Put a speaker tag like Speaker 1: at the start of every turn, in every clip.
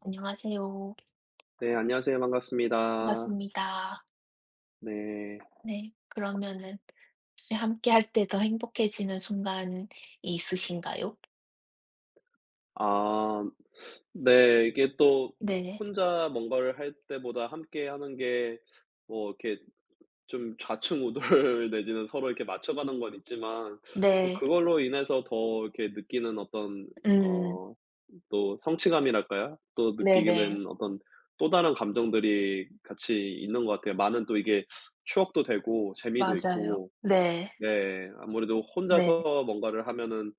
Speaker 1: 안녕하세요.
Speaker 2: 네, 안녕하세요. 반갑습니다.
Speaker 1: 반갑습니다.
Speaker 2: 네.
Speaker 1: 네. 그러면은 혹시 함께 할 때 더 행복해지는 순간이 있으신가요?
Speaker 2: 아 네. 이게 또
Speaker 1: 네.
Speaker 2: 혼자 뭔가를 할 때보다 함께 하는 게 뭐 이렇게 좀 좌충우돌 내지는 서로 이렇게 맞춰가는 건 있지만 뭐
Speaker 1: 네.
Speaker 2: 그걸로 인해서 더 이렇게 느끼는 어떤
Speaker 1: 음.
Speaker 2: 어 또 성취감이랄까요? 또 느끼
Speaker 1: 네네.
Speaker 2: 는 어떤 또 다른 감정들이 같이 있는 것 같아요. 많은 또 이게 추억도 되고 재미도
Speaker 1: 맞아요.
Speaker 2: 있고.
Speaker 1: 네.
Speaker 2: 네. 아무래도
Speaker 1: 네.
Speaker 2: 혼자서 뭔가를 하면은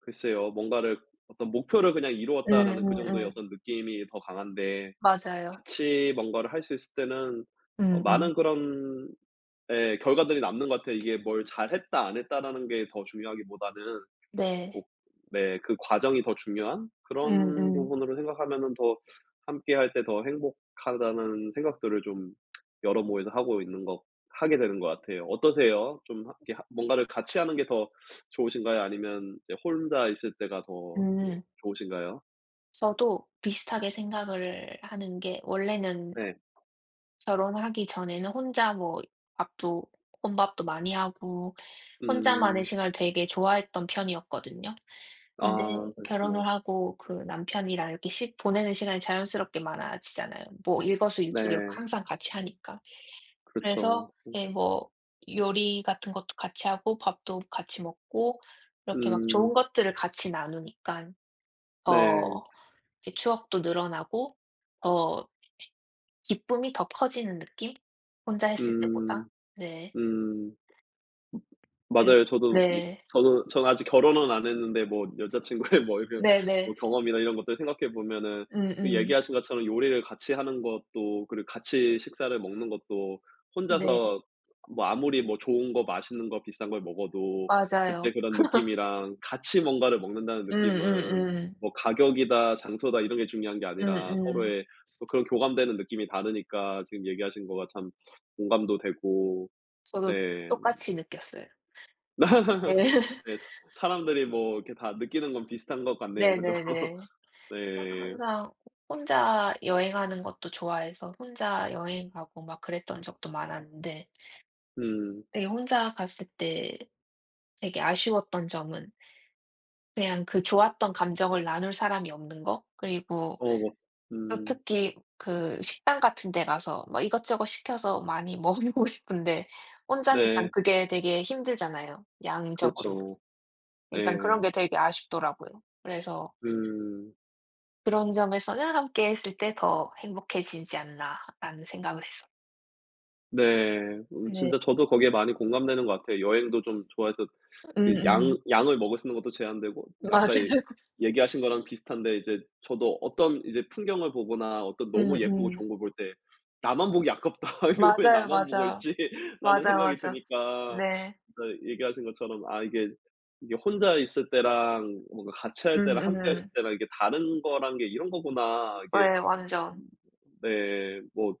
Speaker 2: 글쎄요, 뭔가를 어떤 '목표를 그냥 이루었다.'라는 그 정도의
Speaker 1: 음음음.
Speaker 2: 어떤 느낌이 더 강한데
Speaker 1: 맞아요.
Speaker 2: 같이 뭔가를 할 수 있을 때는
Speaker 1: 음음.
Speaker 2: 많은 그런 예 결과들이 남는 것 같아요. 이게 뭘 '잘했다.' 안 했다라는 게 더 중요하기보다는
Speaker 1: 네.
Speaker 2: 꼭 네 그 과정이 더 중요한
Speaker 1: 음음.
Speaker 2: 그런
Speaker 1: 음.
Speaker 2: 부분으로 생각하면은 더 함께할 때 더 행복하다는 생각들을 좀 여러 모에서 하고 있는 것 하게 되는 것 같아요. 어떠세요? 좀 하 이렇게 하 뭔가를 같이 하는 게 더 좋으신가요? 아니면 이제 혼자 있을 때가 더 이렇게
Speaker 1: 음.
Speaker 2: 좋으신가요?
Speaker 1: 저도 비슷하게 생각을 하는 게 원래는
Speaker 2: 네.
Speaker 1: 결혼하기 전에는 혼자 뭐 밥도 혼밥도 많이 하고 혼자만의
Speaker 2: 음.
Speaker 1: 시간을 되게 좋아했던 편이었거든요.
Speaker 2: 아
Speaker 1: 근데
Speaker 2: 그렇구나.
Speaker 1: 결혼을 하고 그 남편이랑 이렇게 시 보내는 시간이 자연스럽게 많아지잖아요. 뭐 일거수일투족
Speaker 2: 네.
Speaker 1: 항상 같이 하니까. 그래서
Speaker 2: 그렇죠.
Speaker 1: 예 뭐 요리 같은 것도 같이 하고 밥도 같이 먹고 이렇게 막
Speaker 2: 음.
Speaker 1: 좋은 것들을 같이 나누니깐
Speaker 2: 네.
Speaker 1: 더 이제 추억도 늘어나고 더 기쁨이 더 커지는 느낌? 혼자 했을 때보다.
Speaker 2: 음.
Speaker 1: 네.
Speaker 2: 음.
Speaker 1: 그리고
Speaker 2: 맞아요.
Speaker 1: 네.
Speaker 2: 저도 저는 아직 결혼은 안 했는데 뭐 여자 친구의 뭐 이런
Speaker 1: 네네.
Speaker 2: 뭐 경험이나 이런 것들 생각해 보면은 그
Speaker 1: 음음.
Speaker 2: 얘기하신 것처럼 요리를 같이 하는 것도, 그리고 같이 식사를 먹는 것도
Speaker 1: 네.
Speaker 2: 혼자서 뭐 아무리 뭐 좋은 거 맛있는 거 비싼 걸 먹어도 그때
Speaker 1: 맞아요.
Speaker 2: 그런 느낌이랑 같이 뭔가를 먹는다는 느낌은
Speaker 1: 음음음.
Speaker 2: 뭐 가격이다 장소다 이런 게 중요한 게 아니라
Speaker 1: 음음.
Speaker 2: 서로의 또 그런 교감되는 느낌이 다르니까 지금 얘기하신 거가 참 공감도 되고.
Speaker 1: 저도
Speaker 2: 네.
Speaker 1: 똑같이 느꼈어요. 네.
Speaker 2: 네. 사 사람들이 뭐 이렇게 다 느끼는 건 비슷한 것 같네요. 그죠?
Speaker 1: 네네네. 항
Speaker 2: 네.
Speaker 1: 항상 혼자 여행하는 것도 좋아해서 혼자 여행 가고 막 그랬던 적도 많았는데
Speaker 2: 음.
Speaker 1: 되게 혼자 갔을 때 되게 아쉬웠던 점은 그냥 그 좋았던 감정을 나눌 사람이 없는 거? 그리고
Speaker 2: 어 뭐
Speaker 1: 또
Speaker 2: 음.
Speaker 1: 특히 그 식당 같은 데 가서 막 이것저것 시켜서 많이 먹어보고 싶은데 혼자니깐
Speaker 2: 네.
Speaker 1: 그게 되게 힘들잖아요, 양적으로.
Speaker 2: 그렇죠.
Speaker 1: 일단 그런
Speaker 2: 네,
Speaker 1: 게 되게 아쉽더라고요. 그래서
Speaker 2: 음.
Speaker 1: 그런 점에서는 '함께 했을 때 더 행복해지지 않나.'라는 생각을 했어요.
Speaker 2: 네.
Speaker 1: 네.
Speaker 2: 진짜 저도 거기에 많이 공감되는 것 같아요. 여행도 좀 좋아해서 그
Speaker 1: 음음.
Speaker 2: 양 양을 먹을 수 있는 것도 제한되고 아까 예
Speaker 1: 맞아요.
Speaker 2: 얘기하신 거랑 비슷한데 이제 저도 어떤 이제 풍경을 보거나 어떤 너무 예쁘고
Speaker 1: 음음.
Speaker 2: 좋은 걸 볼 때 '나만 보기 아깝다. 이거 왜
Speaker 1: 맞아요,
Speaker 2: 나만 보고
Speaker 1: 맞아.
Speaker 2: 있지?'라는
Speaker 1: 맞아,
Speaker 2: 생각이
Speaker 1: 맞아.
Speaker 2: 드니까
Speaker 1: 네.
Speaker 2: 진짜 얘기하신 것처럼 아 이게, 이게 '혼자 있을 때랑 뭔가 같이 할 때랑 함께 했을
Speaker 1: 음음.
Speaker 2: 때랑 이게 다른 거란 게 이런 거구나.' 이게
Speaker 1: 네 완전.
Speaker 2: 네뭐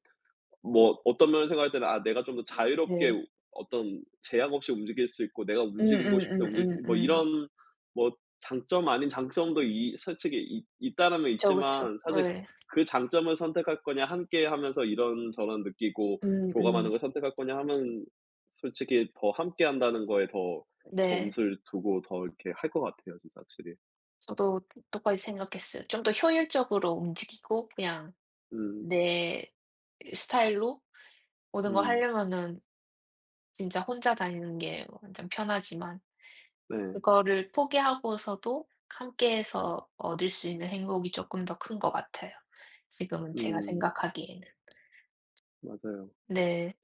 Speaker 2: 뭐 어떤 면을 생각할 때는 '아 내가 좀 더 자유롭게
Speaker 1: 네.
Speaker 2: 우 어떤 제약 없이 움직일 수 있고 내가 움직이고 싶을 때 움직일 수 있고' 뭐
Speaker 1: 음음음음음.
Speaker 2: 이런 뭐 장점 아닌 장점도 이 솔직히 있 있다라면
Speaker 1: 그쵸, 그쵸.
Speaker 2: 있지만, 사실
Speaker 1: 예.
Speaker 2: 그 장점을 선택할 거냐 함께 하면서 이런저런 느끼고 교감하는
Speaker 1: 음음.
Speaker 2: 걸 선택할 거냐 하면 솔직히 더 함께 한다는 거에 더
Speaker 1: 네.
Speaker 2: 점수를 두고 더 이렇게 할 것 같아요, 진짜 확실히.
Speaker 1: 저도 똑같이 생각했어요. 좀 더 효율적으로 움직이고 그냥
Speaker 2: 음.
Speaker 1: 내 스타일로 모든 걸
Speaker 2: 음.
Speaker 1: 하려면은 진짜 혼자 다니는 게 완전 편하지만
Speaker 2: 네.
Speaker 1: 그거를 포기하고서도 함께해서 얻을 수 있는 행복이 쪼끔 더 큰 것 같아요. 지금은 제가
Speaker 2: 음.
Speaker 1: 생각하기에는.
Speaker 2: 맞아요.
Speaker 1: 네.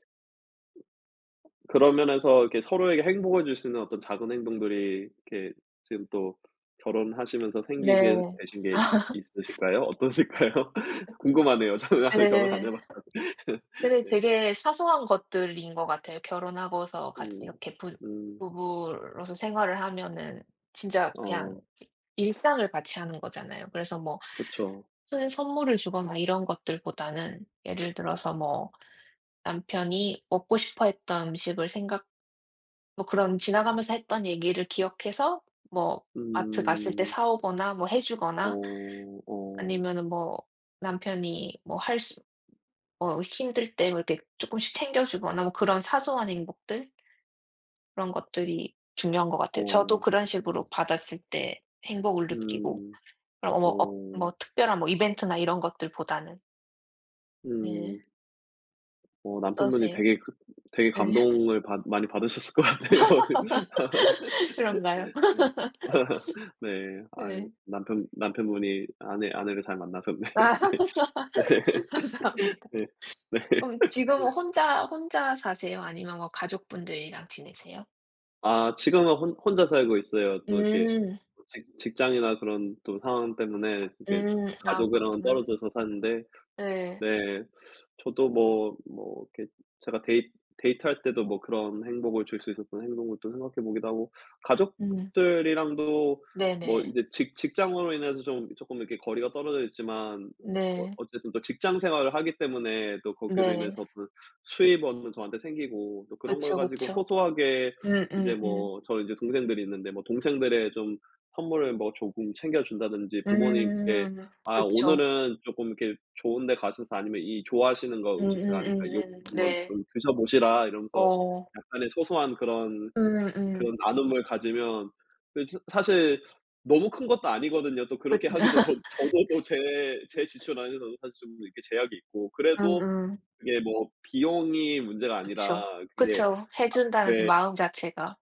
Speaker 2: 그런 면에서 이렇게 서로에게 행복을 줄 수 있는 어떤 작은 행동들이 이렇게 지금 또 결혼하시면서 생기게
Speaker 1: 네.
Speaker 2: 되신 게 이 있으실까요? 어떠실까요? 궁금하네요. 저는 아직 결혼 안
Speaker 1: 예.
Speaker 2: 해 봤어요.
Speaker 1: 근데 되게 사소한 것들인 것 같아요. 결혼하고서 같이
Speaker 2: 음.
Speaker 1: 이렇게 부
Speaker 2: 음.
Speaker 1: 부부로서 생활을 하면은 진짜
Speaker 2: 어.
Speaker 1: 그냥 일상을 같이 하는 거잖아요. 그래서 뭐
Speaker 2: 그렇죠.
Speaker 1: 무슨 선물을 주거나 이런 것들보다는 예를 들어서 뭐 남편이 먹고 싶어 했던 음식을 생각 뭐 그런 지나가면서 했던 얘기를 기억해서 뭐 마트 갔을 때
Speaker 2: 음.
Speaker 1: 사 오거나 뭐 해 주거나
Speaker 2: 어. 어.
Speaker 1: 아니면은 뭐 남편이 뭐 할 수 뭐 힘들 때 뭐 이렇게 조금씩 챙겨 주거나 뭐 그런 사소한 행복들 그런 것들이 중요한 것 같아요. 저도
Speaker 2: 어.
Speaker 1: 그런 식으로 받았을 때 행복을 느끼고
Speaker 2: 음.
Speaker 1: 그럼 뭐 어,
Speaker 2: 어.
Speaker 1: 뭐 특별한 뭐 이벤트나 이런 것들보다는. 네.
Speaker 2: 음. 어 남편분이
Speaker 1: 어떠세요?
Speaker 2: 되게 그 되게
Speaker 1: 네.
Speaker 2: 감동을 받 많이 받으셨을 것 같아요.
Speaker 1: 그런가요?
Speaker 2: 네. 네. 아유,
Speaker 1: 네.
Speaker 2: 남편분이 아내를 잘 만나셨네요.
Speaker 1: 아
Speaker 2: 네.
Speaker 1: 감사합니다.
Speaker 2: 네. 네. 네.
Speaker 1: 그럼 지금은 혼자 사세요? 아니면 뭐 가족분들이랑 지내세요?
Speaker 2: 아 지금은 혼 혼자 살고 있어요. 또 이렇게
Speaker 1: 음.
Speaker 2: 직 직장이나 그런 또 상황 때문에 이제
Speaker 1: 음. 아
Speaker 2: 가족이랑은
Speaker 1: 그렇구나.
Speaker 2: 떨어져서 사는데.
Speaker 1: 네.
Speaker 2: 네. 저도 뭐 뭐 이렇게 제가 데이트할 때도 뭐 그런 행복을 줄 수 있었던 행동을 또 생각해 보기도 하고
Speaker 1: 음.
Speaker 2: 가족들이랑도 뭐
Speaker 1: 네네.
Speaker 2: 이제 직 직장으로 인해서 좀 조금 이렇게 거리가 떨어져 있지만, 어
Speaker 1: 네.
Speaker 2: 어쨌든 또 직장 생활을 하기 때문에 또 거기로
Speaker 1: 네.
Speaker 2: 인해서 어떤 수입원은 저한테 생기고 또 그런 걸
Speaker 1: 그쵸,
Speaker 2: 가지고
Speaker 1: 그쵸.
Speaker 2: 소소하게 이제
Speaker 1: 음음음.
Speaker 2: 뭐 저는 이제 동생들이 있는데 뭐 동생들의 좀 선물을 뭐 조금 챙겨 준다든지, 부모님께
Speaker 1: 음.
Speaker 2: '아
Speaker 1: 그쵸.
Speaker 2: 오늘은 조금 이렇게 좋은 데 가셔서' 아니면 '이 좋아하시는 거 음식 제가 아니까 이거 한번
Speaker 1: 네.
Speaker 2: 좀 드셔 보시라' 이러면서
Speaker 1: 어.
Speaker 2: 약간의 소소한 그런
Speaker 1: 음음.
Speaker 2: 그런 나눔을 가지면, 그 사 사실 너무 큰 것도 아니거든요. 또
Speaker 1: 그
Speaker 2: 그렇게 하기도 저 저도 또 제 지출 안에서도 사실 좀 이렇게 제약이 있고 그래도
Speaker 1: 음음.
Speaker 2: 그게 뭐 비용이 문제가 아니라
Speaker 1: 그쵸.
Speaker 2: 그게
Speaker 1: 그쵸. 해 준다는 그
Speaker 2: 내
Speaker 1: 마음 자체가.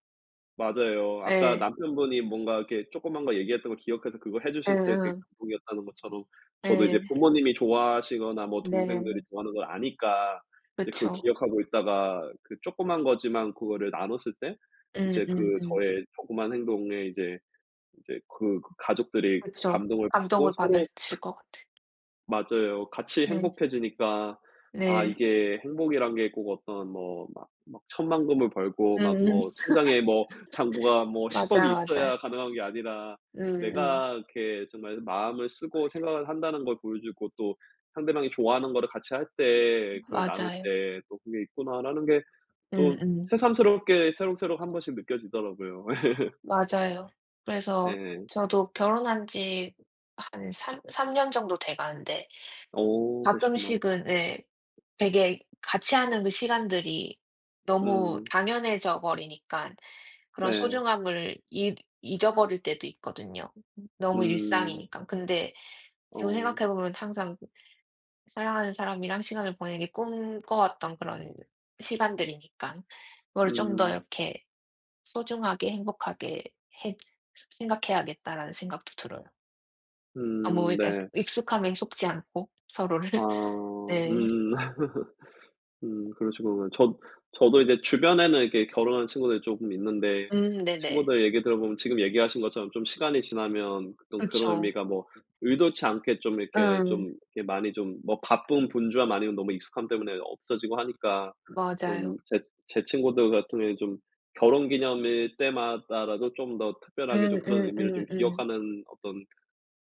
Speaker 2: 맞아요. 아까
Speaker 1: 예.
Speaker 2: 남편분이 뭔가 이렇게 조그만 거 얘기했던 거 기억해서 그거 해 주실 때 되게
Speaker 1: 예예.
Speaker 2: 감동이었다는 것처럼 저도 이제
Speaker 1: 예.
Speaker 2: 부모님이 좋아하시거나 뭐 동생들이
Speaker 1: 네.
Speaker 2: 좋아하는 걸 아니까 이제 그걸
Speaker 1: 그쵸.
Speaker 2: 기억하고 있다가 그 조그만 거지만 그거를 나눴을 때 이제 그
Speaker 1: 음음음.
Speaker 2: 저의 조그만 행동에 이제 이제 그 가족들이
Speaker 1: 그쵸.
Speaker 2: 감동을 받고
Speaker 1: 감동을
Speaker 2: 서로
Speaker 1: 받으실 것 같아요.
Speaker 2: 맞아요. 같이
Speaker 1: 네.
Speaker 2: 행복해지니까 아
Speaker 1: 네.
Speaker 2: 이게 행복이란 게 꼭 어떤 뭐 막 막 천만금을 벌고 막
Speaker 1: 음음.
Speaker 2: 뭐 통장에 뭐 잔고가 뭐 10억이
Speaker 1: 맞아요, 맞아요.
Speaker 2: 있어야 가능한 게 아니라
Speaker 1: 음음.
Speaker 2: 내가 이렇게 정말 마음을 쓰고 생각을 한다는 걸 보여주고 또 상대방이 좋아하는 거를 같이 할 때 그걸 나눌
Speaker 1: 맞아요.
Speaker 2: 때 '또 그게 있구나.'라는 게 또
Speaker 1: 음음.
Speaker 2: 새삼스럽게 새록새록 한 번씩 느껴지더라고요.
Speaker 1: 맞아요. 그래서
Speaker 2: 예.
Speaker 1: 저도 결혼한 지 한 삼 3 년 정도 돼 가는데
Speaker 2: 어 그러시구나.
Speaker 1: 가끔씩은 네 되게 같이 하는 그 시간들이 너무
Speaker 2: 음.
Speaker 1: 당연해져 버리니깐 그런
Speaker 2: 네.
Speaker 1: 소중함을 잊 잊어버릴 때도 있거든요 너무
Speaker 2: 음.
Speaker 1: 일상이니까. 근데 지금
Speaker 2: 어.
Speaker 1: 생각해 보면 항상 사랑하는 사람이랑 시간을 보내기 꿈꿔왔던 그런 시간들이니까 그걸 좀 더
Speaker 2: 음.
Speaker 1: 이렇게 '소중하게 행복하게 해 생각해야겠다.'라는 생각도 들어요. 너무 그러니까
Speaker 2: 네.
Speaker 1: 익숙함에 속지 않고 서로를.
Speaker 2: 아
Speaker 1: 네.
Speaker 2: 음. 그러시구나. 저도 이제 주변에는 이렇게 결혼한 친구들이 쪼금 있는데
Speaker 1: 네네.
Speaker 2: 친구들 얘기 들어보면 지금 얘기하신 것처럼 좀 시간이 지나면 좀 그런
Speaker 1: 그쵸.
Speaker 2: 의미가 뭐 의도치 않게 좀 이렇게
Speaker 1: 음.
Speaker 2: 좀 이렇게 많이 좀 뭐 바쁜 분주함 아니면 너무 익숙함 때문에 없어지고 하니까
Speaker 1: 맞아요.
Speaker 2: 좀 제 친구들 같은 경우에는 좀 결혼 기념일 때마다라도 좀 더 특별하게
Speaker 1: 음
Speaker 2: 좀 그런
Speaker 1: 음
Speaker 2: 의미를 좀
Speaker 1: 음 음.
Speaker 2: 기억하는 어떤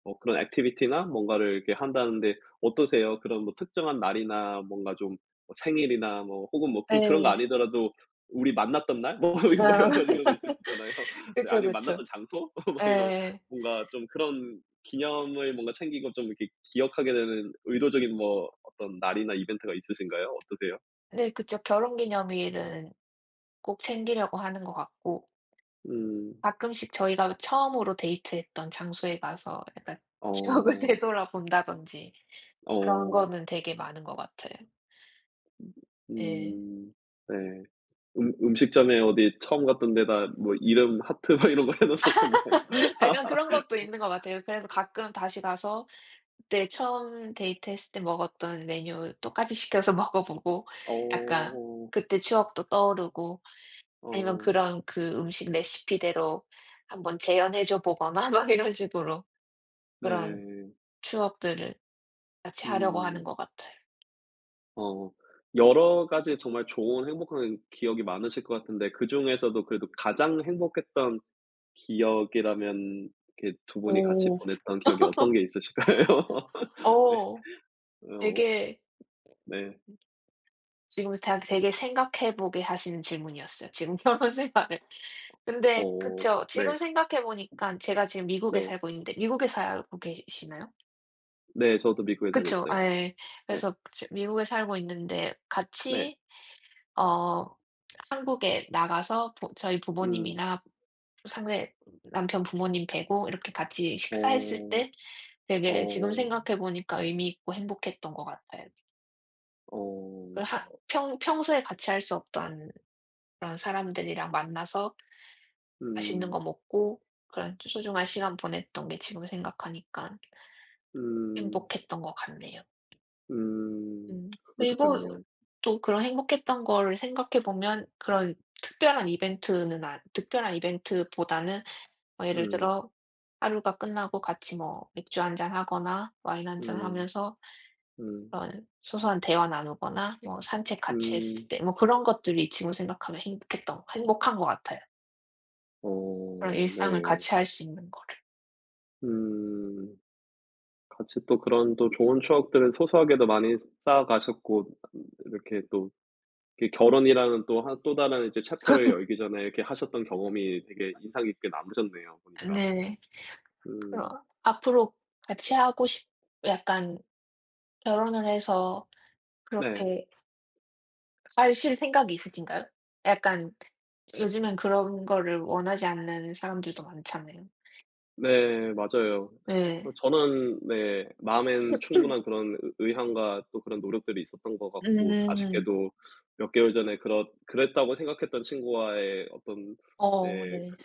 Speaker 2: 어 그런 액티비티나 뭔가를 이렇게 한다는데. 어떠세요? 그런 뭐 특정한 날이나 뭔가 좀 뭐 생일이나 뭐 혹은 뭐 그 그런 거
Speaker 1: 예.
Speaker 2: 아니더라도 우리 만났던 날? 뭐 이게 뭐
Speaker 1: 아
Speaker 2: 여러 가지 그런 거 있을 수 있잖아요. 네,
Speaker 1: 그쵸,
Speaker 2: 아니면
Speaker 1: 그쵸.
Speaker 2: 만났던 장소? 막 이런
Speaker 1: 예.
Speaker 2: 뭔가 좀 그런 기념을 뭔가 챙기고 좀 이렇게 기억하게 되는 의도적인 뭐 어떤 날이나 이벤트가 있으신가요? 어떠세요?
Speaker 1: 네 그쵸. 결혼 기념일은 꼭 챙기려고 하는 것 같고
Speaker 2: 음.
Speaker 1: 가끔씩 저희가 처음으로 데이트했던 장소에 가서 약간 추억을
Speaker 2: 어.
Speaker 1: 되돌아본다든지 그런
Speaker 2: 어.
Speaker 1: 거는 되게 많은 것 같아요. 예.
Speaker 2: 음. 네. 음식점에 어디 처음 갔던 데다 뭐 이름 하트 막 이런 거 해 놓으셨었나요?
Speaker 1: 약간 그런 것도 있는 것 같아요. 그래서 가끔 다시 가서 그때 처음 데이트했을 때 먹었던 메뉴 똑같이 시켜서 먹어보고 약간
Speaker 2: 어.
Speaker 1: 그때 추억도 떠오르고 아니면
Speaker 2: 어.
Speaker 1: 그런 그 음식 레시피대로 한번 재현해 줘 보거나 막 이런 식으로 그런
Speaker 2: 네.
Speaker 1: 추억들을 같이 하려고 하는
Speaker 2: 음.
Speaker 1: 것 같아요.
Speaker 2: 어. 여러 가지 정말 좋은 행복한 기억이 많으실 것 같은데 그중에서도 그래도 가장 행복했던 기억이라면 이렇게 두 분이 같이
Speaker 1: 오.
Speaker 2: 보냈던 기억이 어떤 게 있으실까요? 네.
Speaker 1: 어.
Speaker 2: 어.
Speaker 1: 되게
Speaker 2: 네.
Speaker 1: 지금 다 되게 생각해 보게 하시는 질문이었어요, 지금 결혼 생활을. 근데
Speaker 2: 어.
Speaker 1: 그쵸.
Speaker 2: 네.
Speaker 1: 지금 생각해 보니깐 제가 지금 미국에
Speaker 2: 네.
Speaker 1: 살고 있는데 미국에 살고 계시나요?
Speaker 2: 네. 저도 미국에 살고
Speaker 1: 그쵸.
Speaker 2: 있어요.
Speaker 1: 예.
Speaker 2: 네.
Speaker 1: 그래서 지 미국에 살고 있는데
Speaker 2: 네.
Speaker 1: 같이 어 한국에 나가서 부 저희
Speaker 2: 음.
Speaker 1: 부모님이나 상대 남편 부모님 뵈고 이렇게 같이 식사했을
Speaker 2: 어.
Speaker 1: 때 되게 지금
Speaker 2: 어.
Speaker 1: 생각해 보니까 의미 있고 행복했던 것 같아요.
Speaker 2: 어.
Speaker 1: 그 하 평 평소에 같이 할 수 없던 그런 사람들이랑 만나서 맛있는
Speaker 2: 음.
Speaker 1: 거 먹고 그런 소중한 시간 보냈던 게 지금 생각하니까
Speaker 2: 음.
Speaker 1: 행복했던 것 같네요.
Speaker 2: 음.
Speaker 1: 음. 그리고
Speaker 2: 그러셨겠네요.
Speaker 1: 또 그런 행복했던 거를 생각해 보면 그런 특별한 이벤트는 안 특별한 이벤트보다는 뭐 예를
Speaker 2: 음.
Speaker 1: 들어 하루가 끝나고 같이 뭐 맥주 한 잔 하거나 와인 한 잔
Speaker 2: 음.
Speaker 1: 하면서
Speaker 2: 음.
Speaker 1: 그런 소소한 대화 나누거나 뭐 산책 같이 했을
Speaker 2: 음.
Speaker 1: 때 뭐 그런 것들이 지금 생각하면 행복했던 행복한 것 같아요. 그런
Speaker 2: 어
Speaker 1: 일상을
Speaker 2: 네.
Speaker 1: 같이 할 수 있는 거를.
Speaker 2: 음. 같이 또 그런 또 좋은 추억들을 소소하게도 많이 쌓아 가셨고, 이렇게 또 이렇게 결혼이라는 또 한 또 다른 이제 챕터를 열기 전에 이렇게 하셨던 경험이 되게 인상 깊게 남으셨네요, 보니까.
Speaker 1: 네. 그럼
Speaker 2: 음.
Speaker 1: 앞으로 같이 하고 싶 약간 결혼을 해서
Speaker 2: 네.
Speaker 1: 그렇게 하실 생각이 있으신가요? 약간 요즘엔 그런 거를 원하지 않는 사람들도 많잖아요.
Speaker 2: 네 맞아요.
Speaker 1: 네.
Speaker 2: 어, 저는 네 마음엔 충분한 그런 의 의향과 또 그런 노력들이 있었던 것 같고,
Speaker 1: 음.
Speaker 2: 아쉽게도 몇 개월 전에 그렇 그랬다고 생각했던 친구와의 어떤
Speaker 1: 어
Speaker 2: 예
Speaker 1: 네.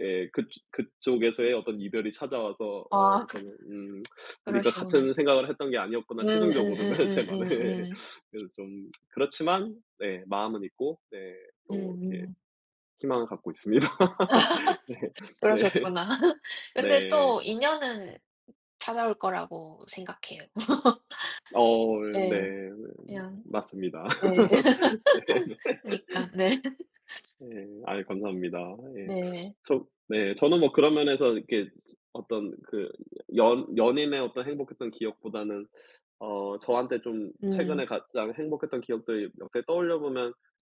Speaker 2: 예 그 그쪽에서의 어떤 이별이 찾아와서, 어
Speaker 1: 아
Speaker 2: 저는 '음 우리가
Speaker 1: 그러시구나.
Speaker 2: 같은 생각을 했던 게 아니었구나.' 최종적으로는 제 말에.
Speaker 1: 음음음음음음.
Speaker 2: 그래서 좀 그렇지만 네 마음은 있고 네 또 이렇게
Speaker 1: 음음.
Speaker 2: 희망을 갖고 있습니다. 네. 네.
Speaker 1: 그러셨구나. 근데
Speaker 2: 네.
Speaker 1: 또 인연은 찾아올 거라고 생각해요.
Speaker 2: 어
Speaker 1: 네.
Speaker 2: 네.
Speaker 1: 그냥
Speaker 2: 맞습니다.
Speaker 1: 네.
Speaker 2: 네.
Speaker 1: 그니까 네.
Speaker 2: 예. 아이 감사합니다. 예.
Speaker 1: 네.
Speaker 2: 저 네. 저는 뭐 그런 면에서 이렇게 어떤 그 연 연인의 어떤 행복했던 기억보다는 어 저한테 좀
Speaker 1: 음.
Speaker 2: 최근에 가장 행복했던 기억들이 몇 개 떠올려 보면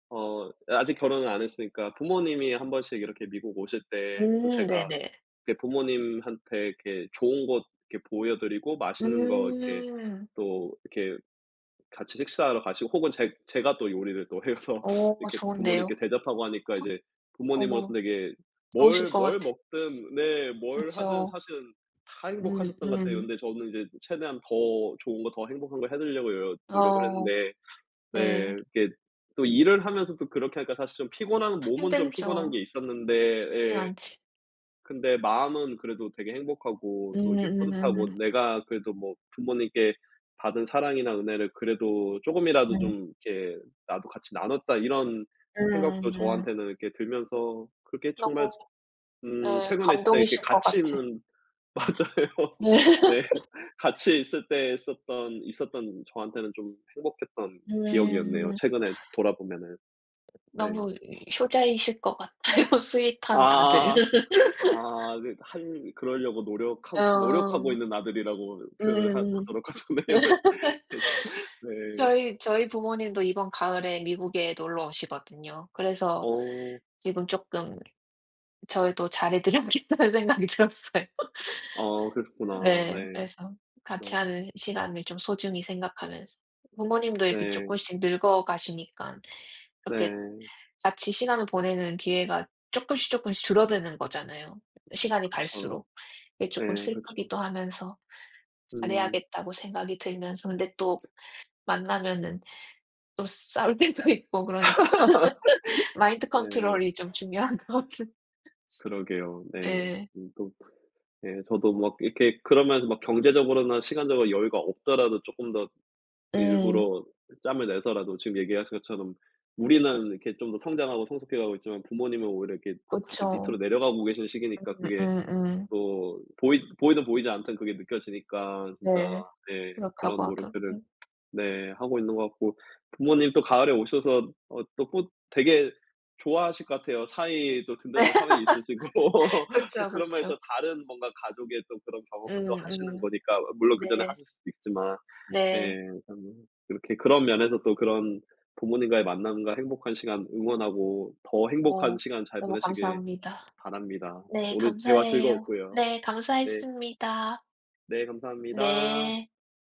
Speaker 2: 어 아직 결혼을 안 했으니까 부모님이 한 번씩 이렇게 미국 오실 때 또 제가
Speaker 1: 네네.
Speaker 2: 이렇게 부모님한테 이렇게 좋은 곳 이렇게 보여 드리고 맛있는 거 이렇게
Speaker 1: 음.
Speaker 2: 또 이렇게 같이 식사하러 가시고 혹은 제 제가 또 요리를 또 해서
Speaker 1: 어
Speaker 2: 이렇게 또
Speaker 1: 좋은데요.
Speaker 2: 부모님께 대접하고 하니까 이제 부모님으로서
Speaker 1: 어머
Speaker 2: 되게
Speaker 1: 좋으실
Speaker 2: 뭘
Speaker 1: 것
Speaker 2: 뭘
Speaker 1: 같아.
Speaker 2: 먹든 네 뭘 하든
Speaker 1: 그쵸.
Speaker 2: 사실은 다
Speaker 1: 음
Speaker 2: 행복하셨던 것 같아요.
Speaker 1: 음.
Speaker 2: 근데 저는 이제 최대한 더 좋은 거 더 행복한 걸 해 드리려고 노력을
Speaker 1: 어
Speaker 2: 했는데
Speaker 1: 네.
Speaker 2: 네 이게 또 일을 하면서 또 그렇게 하니까 사실 좀 피곤한 몸은 좀 피곤한
Speaker 1: 힘들죠.
Speaker 2: 게 있었는데,
Speaker 1: 쉽지
Speaker 2: 예,
Speaker 1: 않지.
Speaker 2: 근데 마음은 그래도 되게 행복하고 또 이게
Speaker 1: 음음.
Speaker 2: 뿌듯하고, 내가 그래도 뭐 부모님께 받은 사랑이나 은혜를 그래도 조금이라도
Speaker 1: 음.
Speaker 2: 좀 이렇게 '나도 같이 나눴다.' 이런 생각도
Speaker 1: 음음.
Speaker 2: 저한테는 이렇게 들면서 그게 정말
Speaker 1: 너무 네
Speaker 2: 최근에 있을 때 이렇게
Speaker 1: 감동이실 것
Speaker 2: 같이
Speaker 1: 같아.
Speaker 2: 있는 맞아요. 네. 같이 있을 때 있었던 저한테는 좀 행복했던
Speaker 1: 네.
Speaker 2: 기억이었네요,
Speaker 1: 음.
Speaker 2: 최근에 돌아보면은. 네.
Speaker 1: 너무 효자이실 것 같아요. 스윗한 아들.
Speaker 2: 아. 아 네. 할 그러려고 노력하고
Speaker 1: 어.
Speaker 2: 있는 아들이라고 표현을 하
Speaker 1: 음음음.
Speaker 2: 하도록 하죠. 네. 그래서 네.
Speaker 1: 저희 부모님도 이번 가을에 미국에 놀러 오시거든요. 그래서
Speaker 2: 어.
Speaker 1: 지금 쪼끔 저희도 잘해 드려야겠다는 생각이 들었어요.
Speaker 2: 아 그러셨구나.
Speaker 1: 네.
Speaker 2: 네.
Speaker 1: 그래서 같이
Speaker 2: 어.
Speaker 1: 하는 시간을 좀 소중히 생각하면서 부모님도 이렇게
Speaker 2: 네.
Speaker 1: 쪼끔씩 늙어가시니깐 이렇게
Speaker 2: 네.
Speaker 1: 같이 시간을 보내는 기회가 쪼끔씩 쪼끔씩 줄어드는 거잖아요, 시간이
Speaker 2: 그렇죠.
Speaker 1: 갈수록. 그게
Speaker 2: 네.
Speaker 1: 쪼끔
Speaker 2: 그렇죠.
Speaker 1: 슬프기도 하면서
Speaker 2: 음.
Speaker 1: '잘해야겠다.'고 생각이 들면서 근데 또 만나면은 또 싸울 때도 있고 그러니 마인드
Speaker 2: 네.
Speaker 1: 컨트롤이 좀 중요한 것 같은
Speaker 2: 그러게요. 네.
Speaker 1: 예.
Speaker 2: 또 예 저도 막 이렇게 그러면서 막 경제적으로나 시간적으로 여유가 없더라도 쪼끔 더
Speaker 1: 음.
Speaker 2: 일부러 짬을 내서라도 지금 얘기하신 것처럼 우리는 이렇게 좀 더 성장하고 성숙해 가고 있지만 부모님은 오히려 이렇게 이제
Speaker 1: 그쵸.
Speaker 2: 밑으로 내려가고 계신 시기니까 그게
Speaker 1: 음음음.
Speaker 2: 또 보이든 보이지 않든 그게 느껴지니까 진짜
Speaker 1: 네.
Speaker 2: 네 그런
Speaker 1: 그렇다고 하더라고요.
Speaker 2: 노력들을
Speaker 1: 네.
Speaker 2: 네 하고 있는 것 같고, 부모님 또 가을에 오셔서 어 또 꽃 되게 좋아하실 것 같아요. 사위 또 든든한 사위 있으시고 또
Speaker 1: 그쵸,
Speaker 2: 그런 면에서
Speaker 1: 그쵸.
Speaker 2: 다른 뭔가 가족의 또 그런 경험을 또 하시는
Speaker 1: 음음.
Speaker 2: 거니까 물론 그전에
Speaker 1: 네.
Speaker 2: 하셨을 수도 있지만
Speaker 1: 네.
Speaker 2: 예. 참 그렇게 그런 면에서 또 그런 부모님과의 만남과 행복한 시간 응원하고, 더 행복한
Speaker 1: 어
Speaker 2: 시간 잘
Speaker 1: 너무
Speaker 2: 보내시길
Speaker 1: 감사합니다.
Speaker 2: 바랍니다.
Speaker 1: 네
Speaker 2: 오늘 대화
Speaker 1: 감사해요.
Speaker 2: 즐거웠고요.
Speaker 1: 네
Speaker 2: 네.
Speaker 1: 감사했습니다.
Speaker 2: 네, 감사합니다.
Speaker 1: 네.